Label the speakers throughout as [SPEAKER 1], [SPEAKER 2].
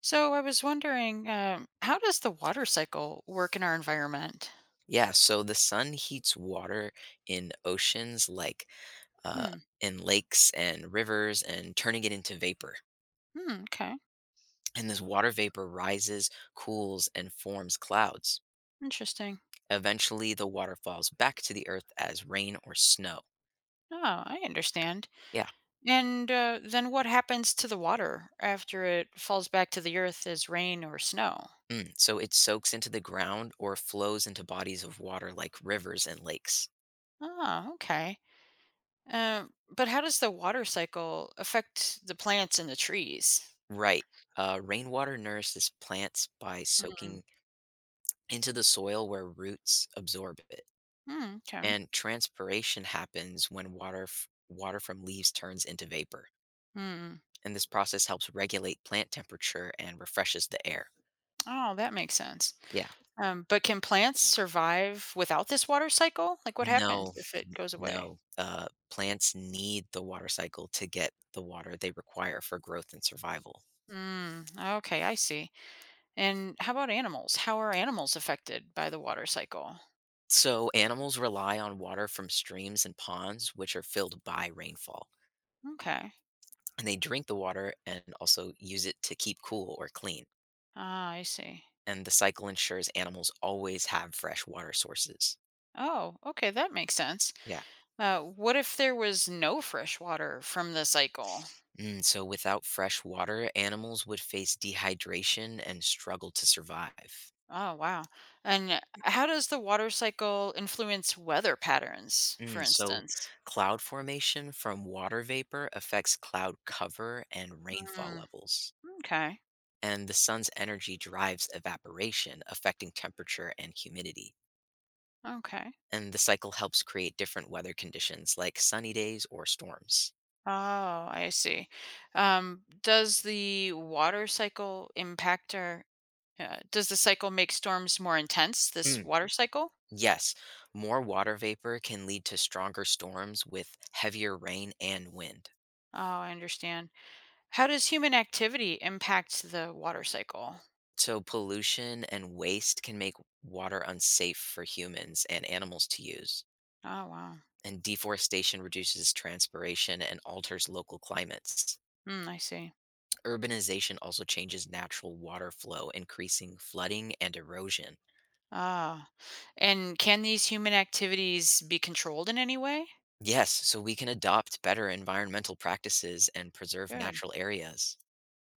[SPEAKER 1] So I was wondering, how does the water cycle work in our environment?
[SPEAKER 2] Yeah, so the sun heats water in oceans like uh,
[SPEAKER 1] Hmm.
[SPEAKER 2] in lakes and rivers and turning it into vapor.
[SPEAKER 1] Hmm. Okay.
[SPEAKER 2] And this water vapor rises, cools, and forms clouds.
[SPEAKER 1] Interesting.
[SPEAKER 2] Eventually, the water falls back to the earth as rain or snow.
[SPEAKER 1] Oh, I understand.
[SPEAKER 2] Yeah.
[SPEAKER 1] And then what happens to the water after it falls back to the earth as rain or snow?
[SPEAKER 2] Mm, so it soaks into the ground or flows into bodies of water like rivers and lakes.
[SPEAKER 1] Oh, okay. But how does the water cycle affect the plants and the trees?
[SPEAKER 2] Right. Rainwater nourishes plants by
[SPEAKER 1] Hmm.
[SPEAKER 2] soaking into the soil where roots absorb it.
[SPEAKER 1] Hmm. Okay.
[SPEAKER 2] And transpiration happens when water from leaves turns into vapor.
[SPEAKER 1] Hmm.
[SPEAKER 2] And this process helps regulate plant temperature and refreshes the air.
[SPEAKER 1] Oh, that makes sense.
[SPEAKER 2] Yeah.
[SPEAKER 1] But can plants survive without this water cycle? Like, what
[SPEAKER 2] No,
[SPEAKER 1] happens if it goes away?
[SPEAKER 2] no. Plants need the water cycle to get the water they require for growth and survival.
[SPEAKER 1] Mm, okay, I see. And how about animals? How are animals affected by the water cycle?
[SPEAKER 2] So animals rely on water from streams and ponds, which are filled by rainfall.
[SPEAKER 1] Okay.
[SPEAKER 2] And they drink the water and also use it to keep cool or clean.
[SPEAKER 1] Ah, I see.
[SPEAKER 2] And the cycle ensures animals always have fresh water sources.
[SPEAKER 1] Oh, okay, that makes sense.
[SPEAKER 2] Yeah.
[SPEAKER 1] What if there was no fresh water from the cycle?
[SPEAKER 2] Mm, so without fresh water, animals would face dehydration and struggle to survive.
[SPEAKER 1] Oh, wow. And how does the water cycle influence weather patterns, for
[SPEAKER 2] Mm, so
[SPEAKER 1] instance?
[SPEAKER 2] cloud formation from water vapor affects cloud cover and rainfall
[SPEAKER 1] Mm,
[SPEAKER 2] levels.
[SPEAKER 1] okay.
[SPEAKER 2] And the sun's energy drives evaporation, affecting temperature and humidity.
[SPEAKER 1] Okay.
[SPEAKER 2] And the cycle helps create different weather conditions like sunny days or storms.
[SPEAKER 1] Oh, I see. Does the water cycle impact or does the cycle make storms more intense, this
[SPEAKER 2] Mm.
[SPEAKER 1] water cycle?
[SPEAKER 2] Yes, more water vapor can lead to stronger storms with heavier rain and wind.
[SPEAKER 1] Oh, I understand. How does human activity impact the water cycle?
[SPEAKER 2] So pollution and waste can make water unsafe for humans and animals to use.
[SPEAKER 1] Oh, wow.
[SPEAKER 2] And deforestation reduces transpiration and alters local climates.
[SPEAKER 1] Mm, I see.
[SPEAKER 2] Urbanization also changes natural water flow, increasing flooding and erosion.
[SPEAKER 1] Ah, and can these human activities be controlled in any way?
[SPEAKER 2] Yes, so we can adopt better environmental practices and preserve
[SPEAKER 1] Good.
[SPEAKER 2] natural areas.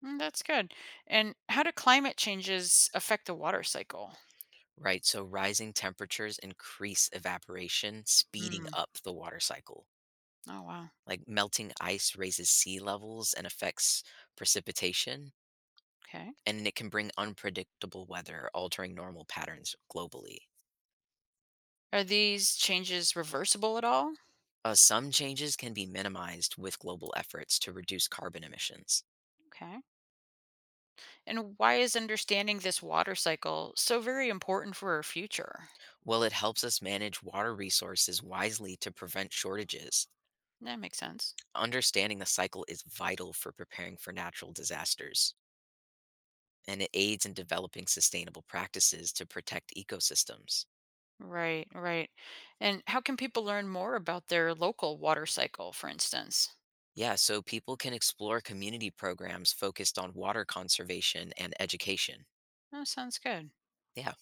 [SPEAKER 1] Mm, that's good. And how do climate changes affect the water cycle?
[SPEAKER 2] Right, so rising temperatures increase evaporation, speeding
[SPEAKER 1] Hmm.
[SPEAKER 2] up the water cycle.
[SPEAKER 1] Oh, wow.
[SPEAKER 2] Like melting ice raises sea levels and affects precipitation,
[SPEAKER 1] Okay.
[SPEAKER 2] and it can bring unpredictable weather, altering normal patterns globally.
[SPEAKER 1] Are these changes reversible at all?
[SPEAKER 2] Some changes can be minimized with global efforts to reduce carbon emissions.
[SPEAKER 1] Okay. And why is understanding this water cycle so very important for our future?
[SPEAKER 2] While it helps us manage water resources wisely to prevent shortages,
[SPEAKER 1] That makes sense.
[SPEAKER 2] understanding the cycle is vital for preparing for natural disasters, and it aids in developing sustainable practices to protect ecosystems.
[SPEAKER 1] Right, right. And how can people learn more about their local water cycle, for instance?
[SPEAKER 2] Yeah, so people can explore community programs focused on water conservation and education.
[SPEAKER 1] That sounds good.
[SPEAKER 2] Yeah,